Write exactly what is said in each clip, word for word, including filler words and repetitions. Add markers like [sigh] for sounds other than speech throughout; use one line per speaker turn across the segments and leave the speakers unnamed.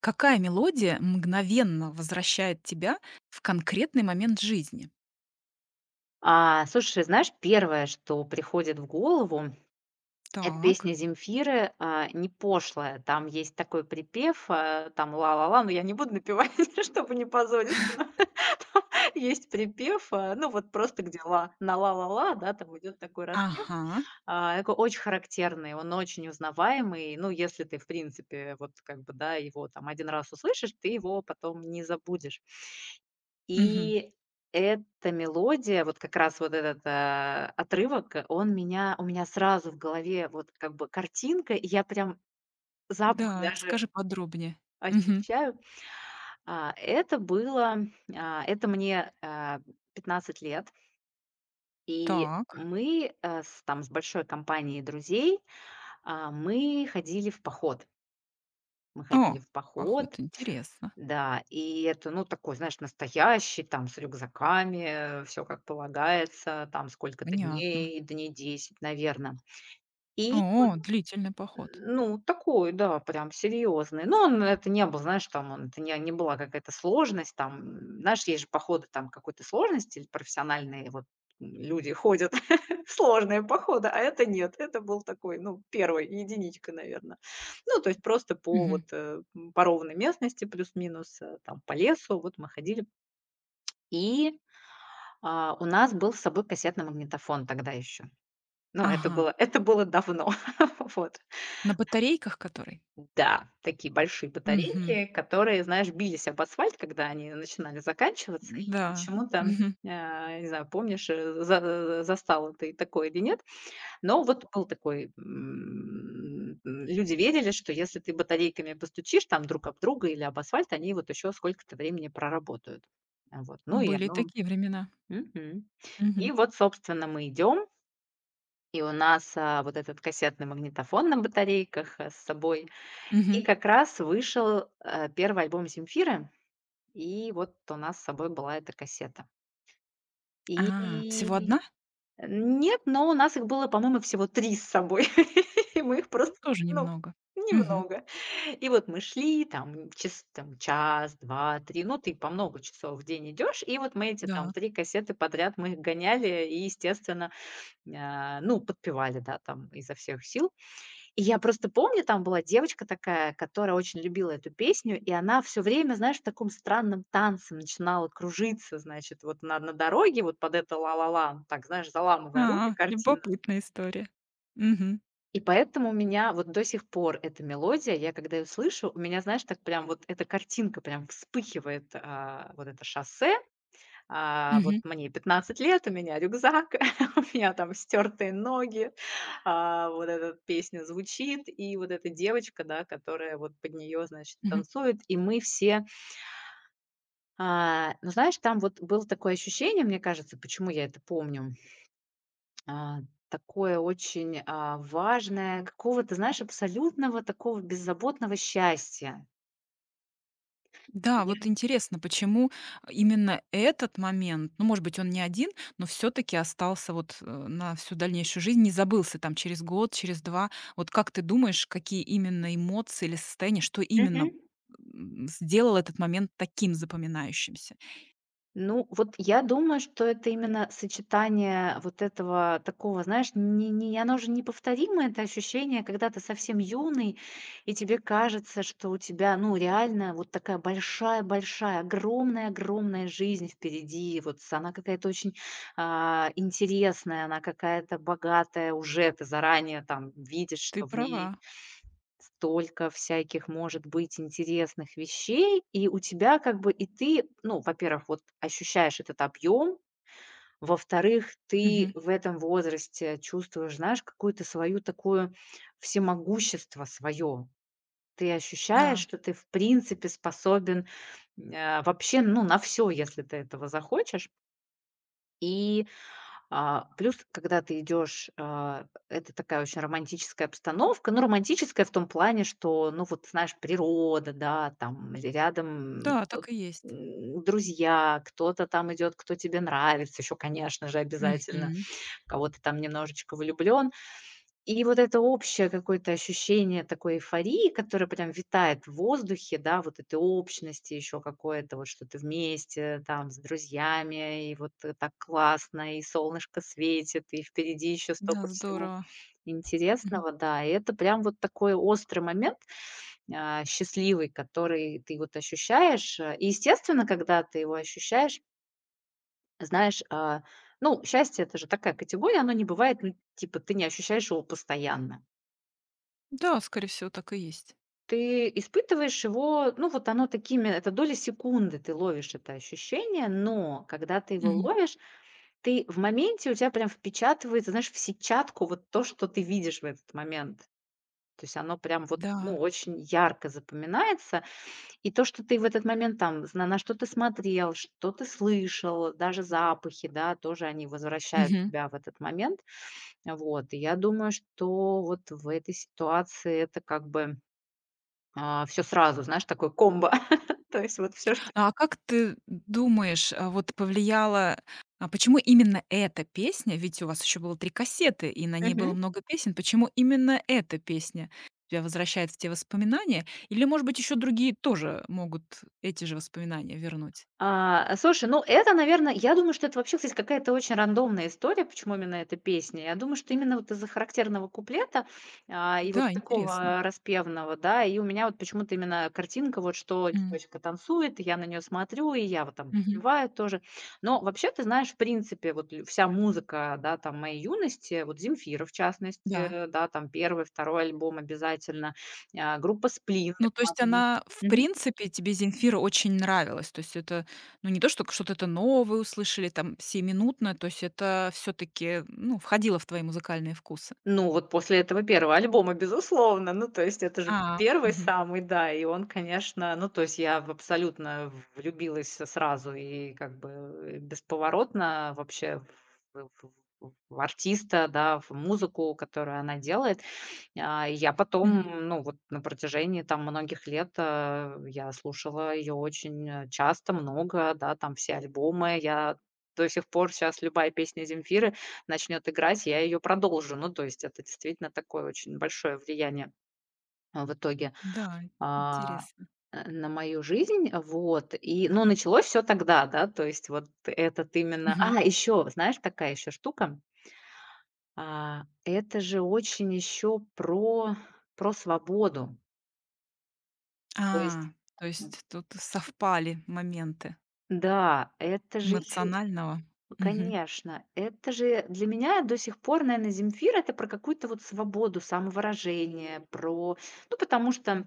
Какая мелодия мгновенно возвращает тебя в конкретный момент жизни?
А, слушай, знаешь, первое, что приходит в голову, это
Так.
песня Земфиры, а, "Не пошлая". Там есть такой припев, а, там "ла-ла-ла", но я не буду напевать, [laughs] чтобы не позориться. [laughs] Там есть припев, а, ну, вот просто где ла на "ла-ла-ла", да, там идет такой распев.
Ага.
А, такой очень характерный, он очень узнаваемый. Ну, если ты, в принципе, вот как бы, да, его там один раз услышишь, ты его потом не забудешь.
Мгм.
И эта мелодия, вот как раз вот этот, а, отрывок, он меня у меня сразу в голове вот как бы картинка, и я прям запах
Да,
даже
расскажи подробнее. Мгм.
ощущаю. А, это было, а, это мне, а, пятнадцать лет, и
Так.
мы, э, с там с большой компанией друзей, а, мы ходили в поход. Мы
О,
ходили в
поход,
поход.
интересно.
Да, и это, ну, такой, знаешь, настоящий, там, с рюкзаками, все как полагается, там сколько-то
Понятно.
дней, дней десять, наверное. И
О, длительный поход.
ну, такой, да, прям серьезный. Но он это не был, знаешь, там он это не не была какая-то сложность, там, м, знаешь, есть же походы там какой-то сложности или профессиональные, вот, м, люди ходят, [laughs] сложные походы, а это нет. Это был такой, ну, первый единичка, наверное. Ну, то есть просто по
Мгм.
вот, э, м, по ровной местности плюс-минус, э, там по лесу, вот мы ходили. И, а, у нас был с собой кассетный магнитофон тогда еще. Ну, это
Ага.
было это было давно. [laughs] Вот.
На батарейках который?
Да, такие большие
Мгм.
батарейки, которые, знаешь, бились об асфальт, когда они начинали заканчиваться. И
Да.
почему-то,
Мгм.
а, не знаю, помнишь, э, за застала ты такое или нет, но вот был такой, м, люди верили, что если ты батарейками постучишь там друг об друга или об асфальт, они вот еще сколько-то времени проработают. А, вот, ну и
Были
оно.
такие времена.
Мгм.
Мгм.
И вот, собственно, мы идем, и у нас, а, вот этот кассетный магнитофон на батарейках, э, с собой.
Мгм.
И как раз вышел, э, первый альбом Земфиры, и вот у нас с собой была эта кассета.
А, всего
И
одна?
нет, но у нас их было, по-моему, всего три с собой. [laughs] И мы их
Ну,
просто,
тоже
ну,
немного. Мгм.
немного. И вот мы шли там час, там час, два, три, ну, ты по много часов в день идешь. И вот мы эти там
Да.
три кассеты подряд мы их гоняли и, естественно, а, ну, подпевали, да, там изо всех сил. И я просто помню, там была девочка такая, которая очень любила эту песню, и она все время, знаешь, в таком странном танце начинала кружиться, значит, вот на на дороге, вот под это "ла-ла-ла", ну, так, знаешь, заламывая руки
А,
картинно.
любопытная история. Мгм.
И поэтому у меня вот до сих пор эта мелодия, я когда ее слышу, у меня, знаешь, так прям вот эта картинка прям вспыхивает, а, вот это шоссе, а, вот
Мгм.
мне пятнадцать лет, у меня рюкзак, [laughs] у меня там стертые ноги, а, вот эта песня звучит, и вот эта девочка, да, которая вот под нее, значит,
Мгм.
танцует, и мы все, а, ну, знаешь, там вот было такое ощущение, мне кажется, почему я это помню, а, такое очень а, важное, какого-то, знаешь, абсолютного такого беззаботного счастья.
Да, вот
Я-
интересно, почему а, именно этот момент, ну, может быть, он не один, но все таки остался вот, э, на всю дальнейшую жизнь, не забылся там через год, через два. Вот как ты думаешь, какие именно эмоции или состояния, что именно,
Мгм.
м, сделало этот момент таким запоминающимся?
Ну, вот я думаю, что это именно сочетание вот этого такого, знаешь, не, не, оно же неповторимое, это ощущение, когда ты совсем юный, и тебе кажется, что у тебя, ну, реально вот такая большая-большая, огромная-огромная жизнь впереди, вот с- она какая-то очень а, интересная, она какая-то богатая уже, ты заранее там видишь,
Ты
что в
права.
ней столько всяких может быть интересных вещей, и у тебя как бы и ты, ну, во-первых, вот ощущаешь этот объем, во-вторых, ты
Мгм.
в этом возрасте чувствуешь, знаешь, какую-то свою такую всемогущество свое. Ты ощущаешь,
Да.
что ты в принципе способен, э, вообще, ну, на все если ты этого захочешь. И а, плюс, когда ты идешь, а, это такая очень романтическая обстановка. Ну, романтическая в том плане, что, ну, вот, знаешь, природа, да, там, или рядом
Да,
кто
так и есть.
м, друзья, кто-то там идет, кто тебе нравится, еще, конечно же, обязательно,
Мгм.
в кого то там немножечко влюблен. И вот это общее какое-то ощущение такой эйфории, которое прям витает в воздухе, да, вот этой общности еще какое-то, вот что ты вместе там с друзьями, и вот э, так классно, и солнышко светит, и впереди еще
Да,
столько всего
здорово. Мгм.
интересного, да. И это прям вот такой острый момент, а, счастливый, который ты вот ощущаешь. э, И, естественно, когда ты его ощущаешь, знаешь, а, ну, счастье это же такая категория, оно не бывает, ну, типа, ты не ощущаешь его постоянно.
Да, скорее всего, так и есть.
Ты испытываешь его, ну, вот оно такими, это доли секунды ты ловишь это ощущение, но когда ты его
Мгм.
ловишь, ты в моменте, у тебя прям впечатывается, знаешь, в сетчатку вот то, что ты видишь в этот момент. То есть оно прям вот,
Да.
ну, очень ярко запоминается. И то, что ты в этот момент там зна- на что ты смотрел, что ты слышал, даже запахи, да, тоже они возвращают
Мгм.
тебя в этот момент. Вот. И я думаю, что вот в этой ситуации это как бы все сразу, знаешь, такой комбо. [laughs] То есть вот все что
А как ты думаешь, а, вот повлияло а почему именно эта песня? Ведь у вас еще было три кассеты, и на ней было
мгм.
много песен. Почему именно эта песня тебя возвращает в те воспоминания? Или, может быть, еще другие тоже могут эти же воспоминания вернуть?
А, слушай, ну это, наверное, я думаю, что это вообще, кстати, какая-то очень рандомная история, почему именно эта песня. Я думаю, что именно вот из-за характерного куплета, а, и вот
Да, интересно.
такого распевного, да, и у меня вот почему-то именно картинка, вот что
М.
девочка танцует, и я на нее смотрю, и я вот там
Мгм.
подпеваю тоже. Но вообще, ты знаешь, в принципе, вот лю- вся музыка, да, там моей юности, вот Земфира в частности,
Да.
э, да, там первый, второй альбом обязательно, а, группа Сплин.
Ну, то есть она, в
Мгм.
принципе, тебе "Земфира" очень нравилась? То есть это, ну, не то, что что-то это новое услышали, там, сиюминутно, то есть это все таки ну, входило в твои музыкальные вкусы?
Ну, вот после этого первого альбома, безусловно. Ну, то есть это же
А,
первый
мгм,
самый, да, и он, конечно, ну, то есть я в абсолютно влюбилась сразу и как бы бесповоротно вообще в в в в артиста, да, в музыку, которую она делает. А, и я
мгм.
потом, ну, вот на протяжении там многих лет, а, я слушала ее очень, э, часто, много, да, там все альбомы. Я до сих пор сейчас любая песня Земфиры начнет играть, я ее продолжу. Ну, то есть это действительно такое очень большое влияние, а, в итоге,
Да,
а,
интересно.
э, на мою жизнь. Вот, и, ну, началось всё тогда, да, то есть вот этот именно.
Мгм.
А, еще, знаешь, такая еще штука, а, это же очень еще про про свободу. То есть
А, то
м,
есть тут совпали моменты
да, это же еще.
эмоционального. Мгм,
Конечно, это же для меня до сих пор, наверное, Земфира- это про какую-то вот свободу самовыражения, про ну, потому что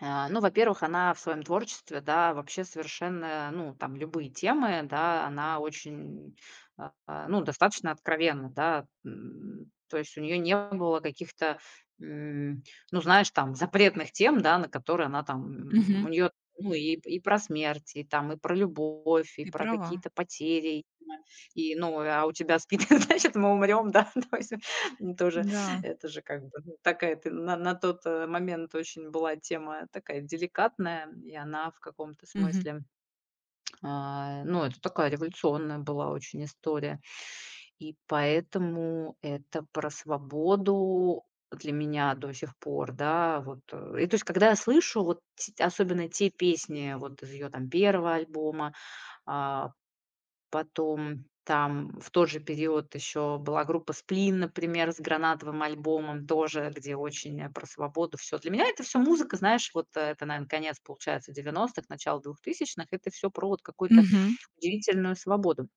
а, ну, во-первых, она в своем творчестве, да, вообще совершенно, ну, там любые темы, да, она очень, а, а, ну, достаточно откровенна, да. М, то есть у нее не было каких-то, м, ну, знаешь, там запретных тем, да, на которые она там, м,
мгм.
у нее, ну, и, и про смерть, и там, и про любовь, и
Ты
про
права.
какие-то потери, и, ну, а у тебя спит, [laughs] значит, мы умрем, да, [laughs] то есть м, тоже
Да.
это же как бы, ну, такая ты на на тот, э, момент очень была тема такая деликатная, и она в каком-то
Мгм,
смысле, а, ну, это такая революционная была очень история. И поэтому это про свободу для меня до сих пор, да, вот, э. И то есть, когда я слышу вот те особенно те песни вот из ее там первого альбома, а, потом там в тот же период еще была группа "Сплин", например, с "Гранатовым" альбомом тоже, где очень, э, про свободу. Все. Для меня это все музыка, знаешь, вот э, это, наверное конец, получается, девяностых, начало двухтысячных. Это все про вот какую-то
мгм.
удивительную свободу.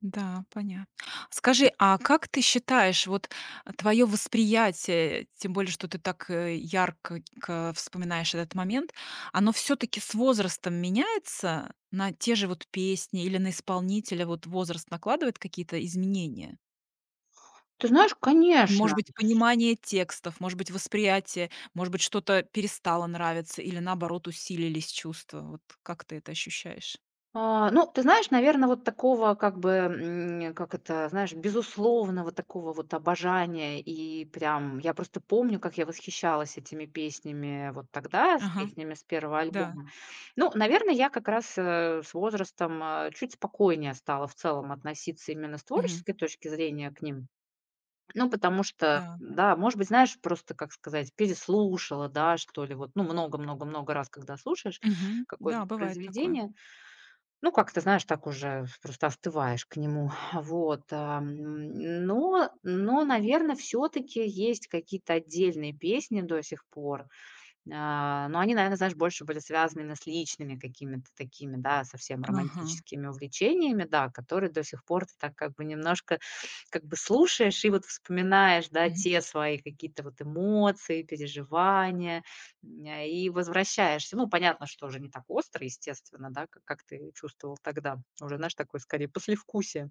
Да, понятно. Скажи, а как ты считаешь, вот твое восприятие, тем более, что ты так э, ярко к- вспоминаешь этот момент, оно все-таки с возрастом меняется на те же вот песни или на исполнителя вот возраст накладывает какие-то изменения?
Ты знаешь,
Или, может
конечно.
быть, понимание текстов, может быть, восприятие, может быть, что-то перестало нравиться или наоборот усилились чувства. Вот как ты это ощущаешь?
А, ну, ты знаешь, наверное, вот такого как бы, м, как это, знаешь, безусловного такого вот обожания. И прям я просто помню, как я восхищалась этими песнями вот тогда, с
Ага,
песнями с первого
да.
альбома. Ну, наверное, я как раз, э, с возрастом, э, чуть спокойнее стала в целом относиться именно с
Мгм.
творческой точки зрения к ним. Ну, потому что,
Да.
да, может быть, знаешь, просто, как сказать, переслушала, да, что ли, вот, ну, много много много раз, когда слушаешь
Мгм.
какое-то
Да, бывает такое.
произведение. Ну, как ты знаешь, так уже просто остываешь к нему. [laughs] Вот, ам, но но, наверное, все таки есть какие-то отдельные песни до сих пор, а, но они, наверное, знаешь, больше были связаны именно с личными какими-то такими, да, совсем
Ага.
романтическими увлечениями, да, которые до сих пор ты так как бы немножко как бы слушаешь и вот вспоминаешь, да,
Мгм.
те свои какие-то вот эмоции, переживания, м, а, и возвращаешься. Ну, понятно, что уже не так остро, естественно, да, как как ты чувствовал тогда. Уже, знаешь, такое скорее послевкусие.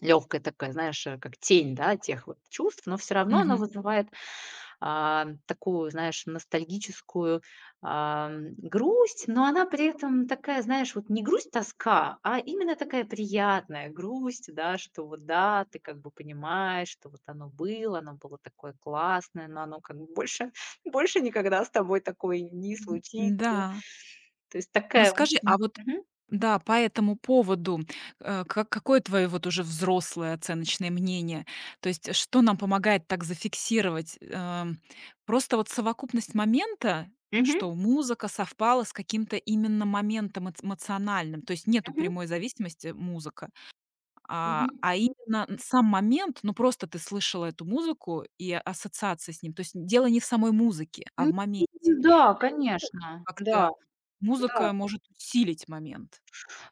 Лёгкая такая, знаешь, э, как тень, да, тех вот чувств, но все равно оно
Мгм.
вызывает а, такую, знаешь, ностальгическую, ам, грусть, но она при этом такая, знаешь, вот не грусть-тоска, а именно такая приятная грусть, да, что вот да, ты как бы понимаешь, что вот оно было, оно было такое классное, но оно как бы больше, [laughs] больше никогда с тобой такое не случится.
М-да.
То есть
Но
такая
скажи, а
очень.
вот
Мгм.
да, по этому поводу, э, ка какое твое вот уже взрослое оценочное мнение? То есть что нам помогает так зафиксировать, эм, просто вот совокупность момента,
Мгм.
что музыка совпала с каким-то именно моментом эц эмоциональным, то есть нету
Мгм.
прямой зависимости музыка А,
Мгм.
а именно н сам момент, ну, просто ты слышала эту музыку и ассоциация с ним. То есть дело не в самой музыке, а в моменте.
м, да,
Я не знаю, вот
конечно.
как-то
Да, да.
музыка может усилить момент.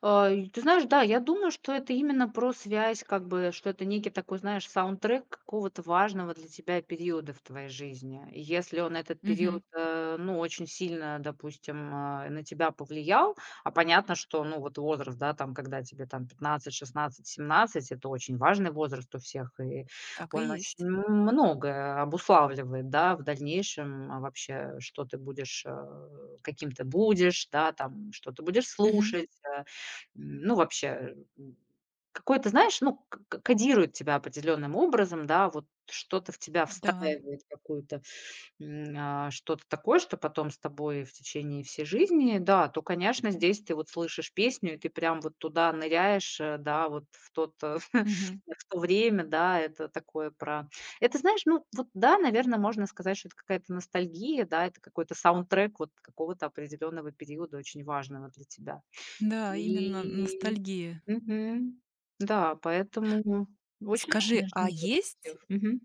А, и ты знаешь, да, я думаю, что это именно про связь, как бы, что это некий такой, знаешь, саундтрек какого-то важного для тебя периода в твоей жизни. И если он этот
Мгм.
период, э, ну, очень сильно, допустим, а, на тебя повлиял, а понятно, что, ну, вот возраст, да, там, когда тебе там пятнадцать, шестнадцать, семнадцать, это очень важный возраст у всех, и
Так и
он очень
есть.
многое обуславливает, да, в дальнейшем а, вообще, что ты будешь, э, каким ты будешь, да, там, что ты будешь
Мгм.
слушать, э, ну, вообще, м, какой-то, знаешь, ну, к к кодирует тебя определенным образом, да, вот что-то в тебя
Да.
встраивает какую-то, м, а, что-то такое, что потом с тобой в течение всей жизни, да, то, конечно, здесь ты вот слышишь песню, и ты прям вот туда ныряешь, э, да, вот в тот, э, [laughs]
Мгм.
в то время, да, это такое про это, знаешь, ну, вот да, наверное можно сказать, что это какая-то ностальгия, да, это какой-то саундтрек вот какого-то определенного периода очень важного для тебя.
Да, именно
И
ностальгия.
Мгм. Да, поэтому очень
Скажи,
разная же
а
музыка у
есть
всех. Мгм.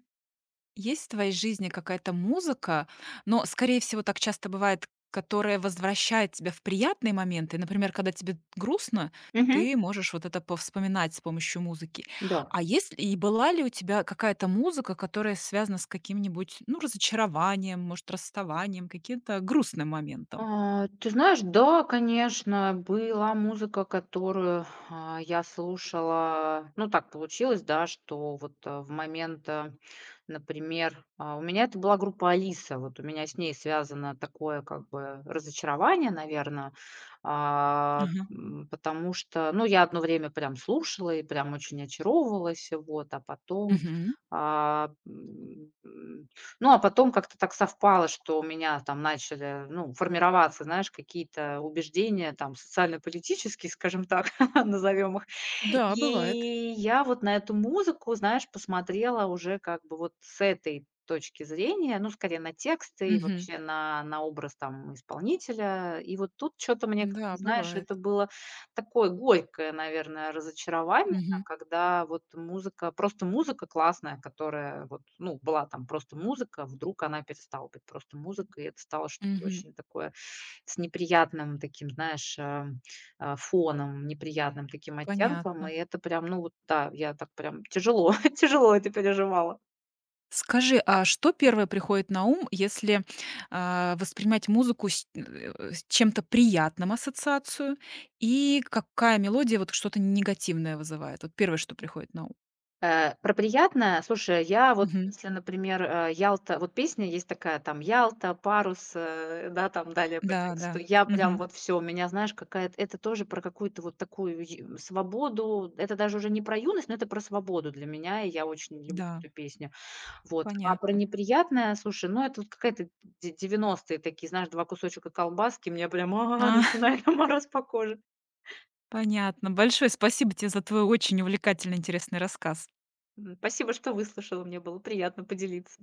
есть в твоей жизни какая-то музыка, но, скорее всего, так часто бывает, которая возвращает тебя в приятные моменты? Например, когда тебе грустно,
Мгм.
ты можешь вот это повспоминать с помощью музыки.
Да.
А есть и была ли у тебя какая-то музыка, которая связана с каким-нибудь, ну, разочарованием, может, расставанием, каким-то грустным моментом?
А, ты знаешь, да, конечно, была музыка, которую, а, я слушала. Ну, так получилось, да, что вот, а, в момент, а, например, а, у меня это была группа "Алиса". Вот у меня с ней связано такое как бы разочарование, наверное,
Мгм.
потому что, ну, я одно время прям слушала и прям очень очаровывалась, вот, а потом,
Мгм.
а, м, ну, а потом как-то так совпало, что у меня там начали, ну, формироваться, знаешь, какие-то убеждения там социально-политические, скажем так, [laughs] назовем их.
Да, бывает.
И я вот на эту музыку, знаешь, посмотрела уже как бы вот с этой точки зрения, ну, скорее на тексты и
Мгм.
вообще на, на образ там исполнителя. И вот тут что-то мне,
Да,
как-то, знаешь,
бывает.
это было такое горькое, наверное, разочарование,
Мгм.
классно, когда вот музыка, просто музыка классная, которая вот, ну, была там просто музыка, вдруг она перестала быть просто музыкой, и это стало что-то
Мгм.
очень такое с неприятным таким, знаешь, э, э, фоном, неприятным таким оттенком,
Понятно.
и это прям, ну вот да, я так прям тяжело, [laughs] тяжело это переживала.
Скажи, а что первое приходит на ум, если, а, воспринимать музыку с э, с чем-то приятным ассоциацию, и какая мелодия вот что-то негативное вызывает? Вот первое, что приходит на ум.
Э, про приятное, слушай, я вот,
Мгм.
если, например, э, Ялта, вот песня есть такая там "Ялта", "Парус", э, да, там далее по
Да,
тексту.
да.
Я прям
Мгм.
вот все, у меня, знаешь, какая-то это тоже про какую-то вот такую ю свободу. Это даже уже не про юность, но это про свободу для меня, и я очень люблю
Да,
эту песню. Вот. А про
понятно.
неприятное, слушай, ну, это вот какая-то де девяностые такие, знаешь, два кусочка колбаски, мне прям, а,
А, [laughs]
начинает [laughs] мороз по коже.
понятно. Большое спасибо тебе за твой очень увлекательный, интересный рассказ.
М, спасибо, что выслушала, мне было приятно поделиться.